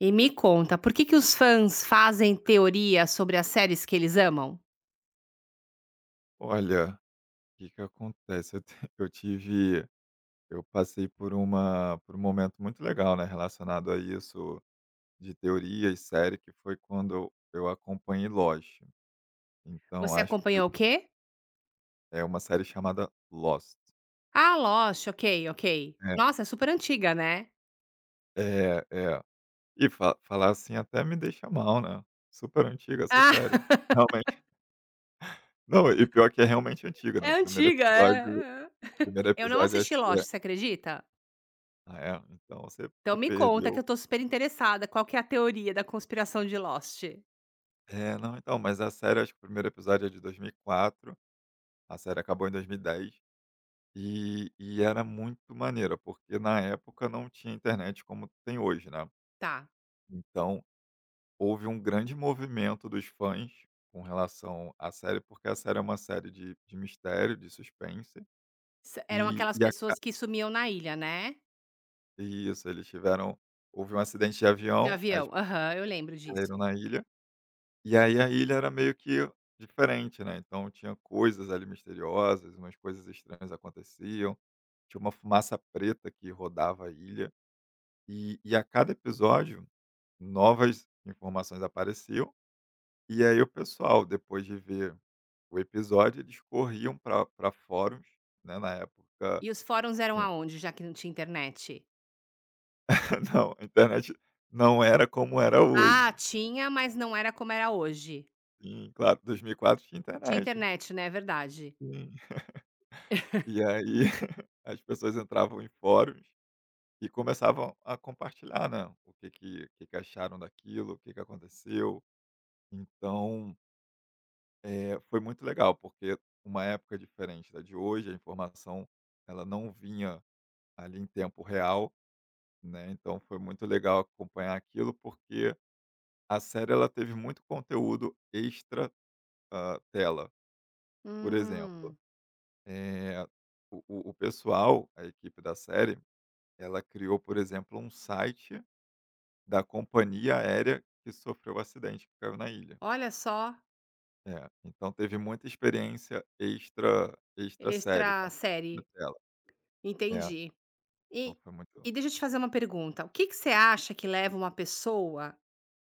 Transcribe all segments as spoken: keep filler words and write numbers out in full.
E me conta, por que que os fãs fazem teoria sobre as séries que eles amam? Olha, o que que acontece, eu te eu tive eu passei por uma por um momento muito legal, né, relacionado a isso, de teoria e série, que foi quando eu eu acompanhei Lost. Então Você acho que acompanhou o quê? é uma série chamada Lost. Ah, Lost, ok, ok. É, Nossa, é super antiga, né? é, é. E fa falar assim até me deixa mal, né, super antiga essa Ah, série. Realmente. Não, e pior que é realmente antiga, né, é o primeiro antiga, episódio é. o é. primeiro Eu não episódio acho assisti que Lost, é você acredita? ah, é? Então você Então você me conta que eu perdeu. tô super interessada, qual que é a teoria da conspiração de Lost? É, não, então, mas a série, acho que o primeiro episódio é de dois mil e quatro, a série acabou em dois mil e dez, e dez, e e era muito maneira, porque na época não tinha internet como tem hoje, né. Tá. Então, houve um grande movimento dos fãs com relação à série, porque a série é uma série de de mistério, de suspense, S eram e aquelas e pessoas aca que sumiam na ilha, né? isso, eles tiveram houve um acidente de De avião, as avião. pessoas Aham, eu lembro caíram disso. na ilha. E aí a ilha era meio que diferente, né, então tinha coisas ali misteriosas, umas coisas estranhas aconteciam, tinha uma fumaça preta que rodava a ilha, e e a cada episódio novas informações apareciam, e aí o pessoal depois de ver o episódio eles corriam para pra fóruns, né, na época E os fóruns eram tinha. aonde, já que não tinha internet? Não, a internet não era como era Ah, hoje. tinha, mas não era como era hoje. Sim, claro, dois mil e quatro tinha De internet. internet, né, é verdade. Sim. E aí as pessoas entravam em fóruns e começavam a compartilhar, né, o que que o que que acharam daquilo, o que que aconteceu. Então, eh, foi muito legal, porque uma época diferente da de hoje, a informação ela não vinha ali em tempo real, né, então foi muito legal acompanhar aquilo, porque a série ela teve muito conteúdo extra, hã, tela. Por exemplo, Hum, eh, o o o pessoal, a equipe da série ela criou, por exemplo, um site da companhia aérea que sofreu o acidente, que caiu na ilha. olha só, É, então teve muita experiência extra extra série, extra né, extra série, tela. É, entendi. então E foi muito. e deixa eu te fazer uma pergunta, o que que você acha que leva uma pessoa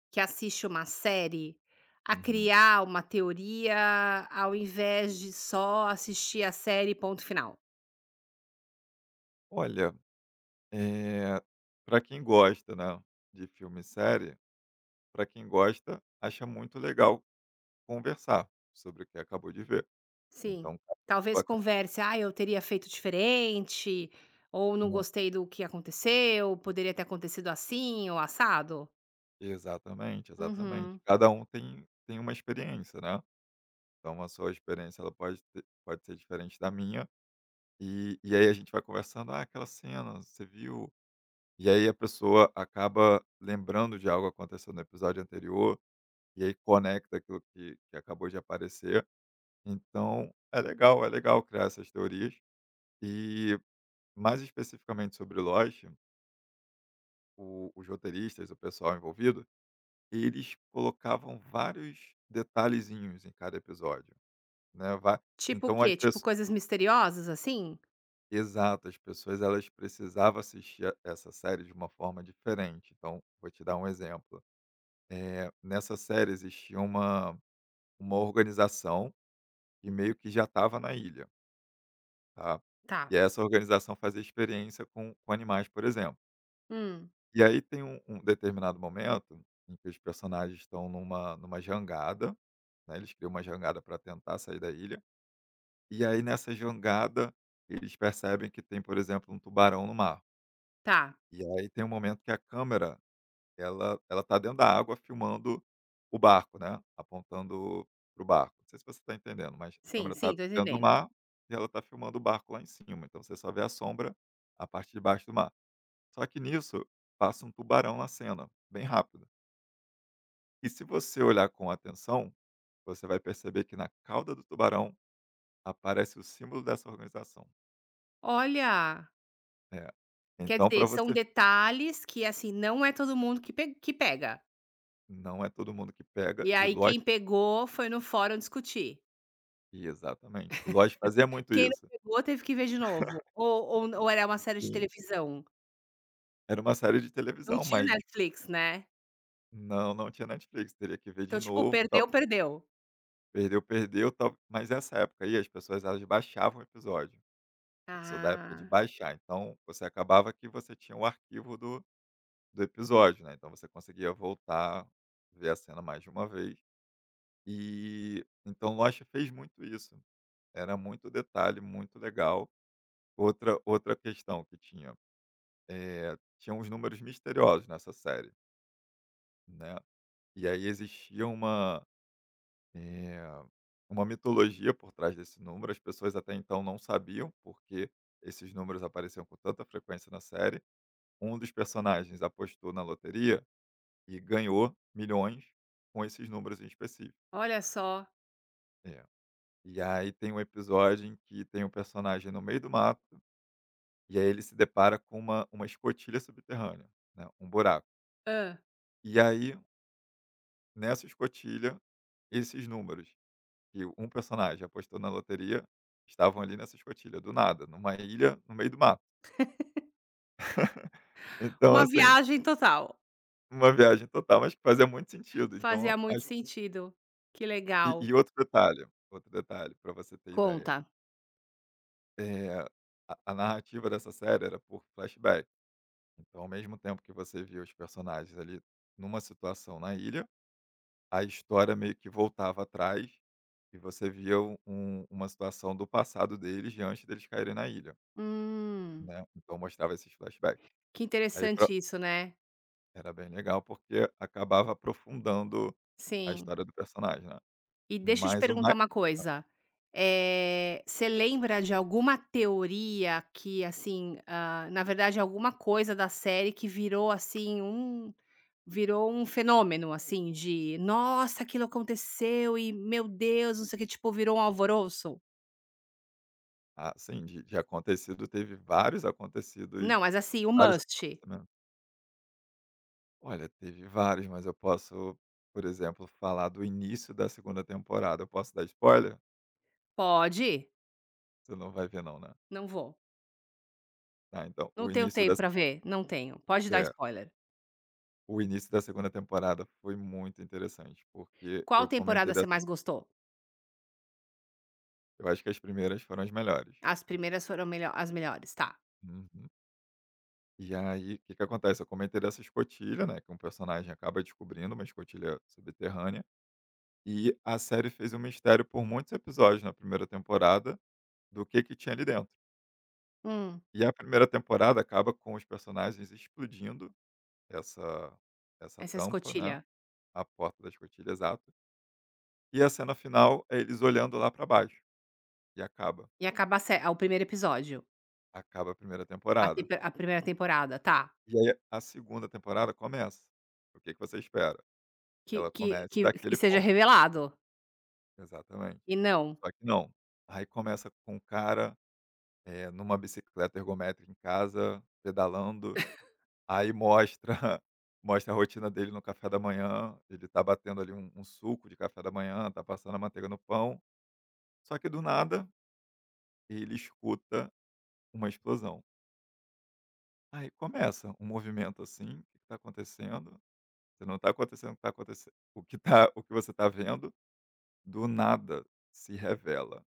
que assiste uma série a Uhum. criar uma teoria, ao invés de só assistir a série ponto final? Olha, eh, pra quem gosta, né, de filme e série, para quem gosta, acha muito legal conversar sobre o que acabou de ver. Sim, Então cada talvez pessoa acaba converse: "Ah, eu teria feito diferente", ou "Não gostei do que aconteceu, poderia ter acontecido assim ou assado"? Exatamente, exatamente. Uhum. Cada um tem tem uma experiência, né. Então a sua experiência ela pode te pode ser diferente da minha, e e aí a gente vai conversando: "Ah, aquela cena, você viu?" E aí a pessoa acaba lembrando de algo que aconteceu no episódio anterior, e aí conecta aquilo que que acabou de aparecer. Então é legal, é legal criar essas teorias. E mais especificamente sobre Lost, o os roteiristas, o pessoal envolvido, eles colocavam vários detalhezinhos em cada episódio, né, va Tipo o então quê? as Tipo pesso coisas misteriosas, assim? exato, as pessoas elas precisavam assistir a essa série de uma forma diferente. Então, vou te dar um exemplo. Eh, nessa série existia uma uma organização que meio que já estava na ilha, tá. Tá. E essa organização fazia experiência com com animais, por exemplo. Hum, E aí tem um um determinado momento em que os personagens estão numa numa jangada, né, eles criam uma jangada para tentar sair da ilha, e aí nessa jangada eles percebem que tem, por exemplo, um tubarão no mar. tá. E aí tem um momento que a câmera, ela ela tá dentro da água filmando o barco, né, apontando pro barco. Não sei se você tá entendendo, mas a Sim, câmera sim, tá tô dentro do entendendo. mar e ela tá filmando o barco lá em cima, então você só vê a sombra, a parte de baixo do mar. Só que nisso, passa um tubarão na cena, bem rápido. E se você olhar com atenção, você vai perceber que na cauda do tubarão aparece o símbolo dessa organização. Olha, É. quer Então dizer, para são você detalhes que, assim, não é todo mundo que pe que pega. não é todo mundo que pega E e aí quem lógico. pegou foi no fórum discutir. Exatamente. E Lost fazia muito Quem não isso. pegou teve que ver de novo. Ou ou ou era uma série de Sim. televisão? Era uma série de Não televisão, tinha mas Netflix, né. não, não tinha Netflix, teria que ver de Então, tipo, novo, tal. perdeu, perdeu. Perdeu, perdeu, tal. Mas nessa época aí as pessoas elas baixavam o episódio. Eu sou da época de Ah, baixar, então você acabava que você tinha o arquivo do, do episódio, né? Então você conseguia voltar, ver a cena mais de uma vez. E então Lost fez muito isso. Era muito detalhe, muito legal. Outra outra questão que tinha, eh, tinha uns números misteriosos nessa série. Né. E aí existia uma, eh, uma mitologia por trás desse número, as pessoas até então não sabiam porque esses números apareciam com tanta frequência na série. Um dos personagens apostou na loteria e ganhou milhões com esses números em específico. olha só. É. E aí tem um episódio em que tem um personagem no meio do mato, e aí ele se depara com uma uma escotilha subterrânea, né, um buraco. Ah, E aí, nessa escotilha, esses números que um personagem apostou na loteria, estavam ali nessa escotilha, do nada, numa ilha, no meio do mato. Então, uma assim, viagem total. uma viagem total, mas que fazia muito sentido. Fazia Então, muito acho sentido. Que e legal. e outro detalhe, outro detalhe, para você ter ideia, Conta. eh, a a narrativa dessa série era por flashback. Então, ao mesmo tempo que você via os personagens ali numa situação na ilha, a história meio que voltava atrás e você via um um uma situação do passado deles de antes deles caírem na ilha, Hum, né. Então mostrava esses flashbacks. que Aí interessante isso, né. era bem legal, porque acabava aprofundando a Sim. história do personagem, né. E deixa eu te Mas o perguntar mais uma coisa, eh, você lembra de alguma teoria que, assim, ah, na verdade alguma coisa da série que virou, assim, um virou um fenômeno, assim, de: "Nossa, aquilo aconteceu e meu Deus, não sei o quê", tipo, virou um alvoroço? assim de de acontecido teve vários acontecidos, Não, mas assim, o vários must. acontecimentos. Olha, teve vários, mas eu posso, por exemplo, falar do início da segunda temporada. Eu posso dar spoiler? Pode? Você não vai ver não, né. Não vou. Tá, então, Não o tenho início tempo da se pra ver, não tenho. Pode dar certo. spoiler. O início da segunda temporada foi muito interessante, porque Qual eu temporada comentei você dessas, mais gostou? eu acho que as primeiras foram as melhores. As primeiras foram melho as melhores, tá. Uhum. E aí, o que que acontece? Eu comentei dessa escotilha, né, que um personagem acaba descobrindo, uma escotilha subterrânea, e a série fez um mistério por muitos episódios na primeira temporada do que que tinha ali dentro. Hum, E a primeira temporada acaba com os personagens explodindo essa essa essa tampa, né, escotilha. a porta da escotilha, exato. E a cena final é eles olhando lá para baixo e acaba. E acabar a sé o primeiro episódio, Acaba a primeira a temporada. temp a primeira temporada, tá. E aí a segunda temporada começa. O que que você espera? Que Que ela que que comece que daquele seja ponto. revelado, Exatamente. e não. Só que não. Aí começa com o cara, eh, numa bicicleta ergométrica em casa, pedalando, aí mostra mostra a rotina dele no café da manhã, ele tá batendo ali um um suco de café da manhã, tá passando a manteiga no pão, só que do nada ele escuta uma explosão. Aí começa um movimento assim, o que que tá acontecendo? Se não tá acontecendo o que tá acontecendo? O que tá o que você tá vendo, do nada se revela.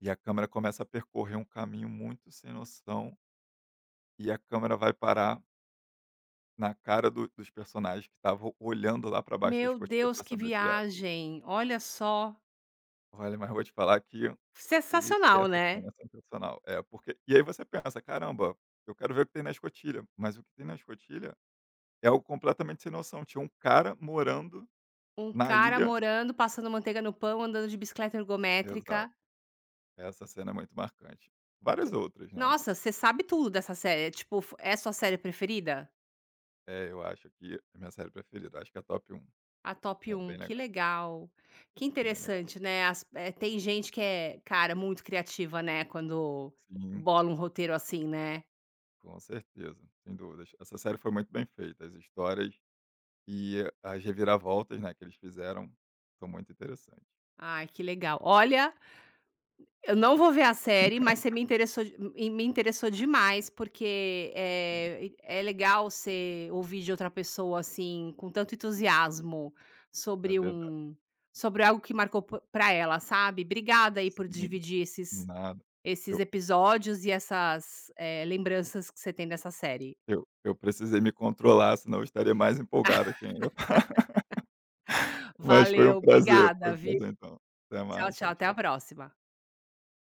E a câmera começa a percorrer um caminho muito sem noção. E a câmera vai parar na cara do dos personagens que estavam olhando lá para baixo da Meu escotilha Deus, para que saber o que era. viagem, olha só. Olha, mas vou te falar que e Sensacional, essa né. cena é sensacional. É, porque e aí você pensa: "Caramba, eu quero ver o que tem na escotilha", mas o que tem na escotilha é algo completamente sem noção. Tinha um cara morando Um na cara ilha, morando, passando manteiga no pão, andando de bicicleta exato. ergométrica, Essa cena é muito marcante. Várias que outras, né. nossa, você sabe tudo dessa série, é tipo, f é sua série preferida? É, eu acho que é minha série preferida. Acho que é a top um. A top É um bem que legal, legal. Que bem legal. interessante, né, as eh, tem gente que é, cara, muito criativa, né, quando Sim. bola um roteiro assim, né. Com certeza, sem dúvidas. Essa série foi muito bem feita, as histórias e as reviravoltas, né, que eles fizeram são muito interessantes. Ai, que legal. Olha, eu não vou ver a série, mas você me interessou de e me interessou demais, porque, é é legal você ouvir de outra pessoa, assim, com tanto entusiasmo É sobre verdade, um sobre algo que marcou po pra ela, sabe. Obrigada aí por sim, dividir esses nada. esses Eu episódios e essas, eh, lembranças que você tem dessa série. eu eu precisei me controlar, senão eu estaria mais empolgado que ainda. Mas foi Valeu, um prazer, foi obrigada, um viu. prazer então. Até Tchau, mais, tchau, tchau, até a tchau. próxima.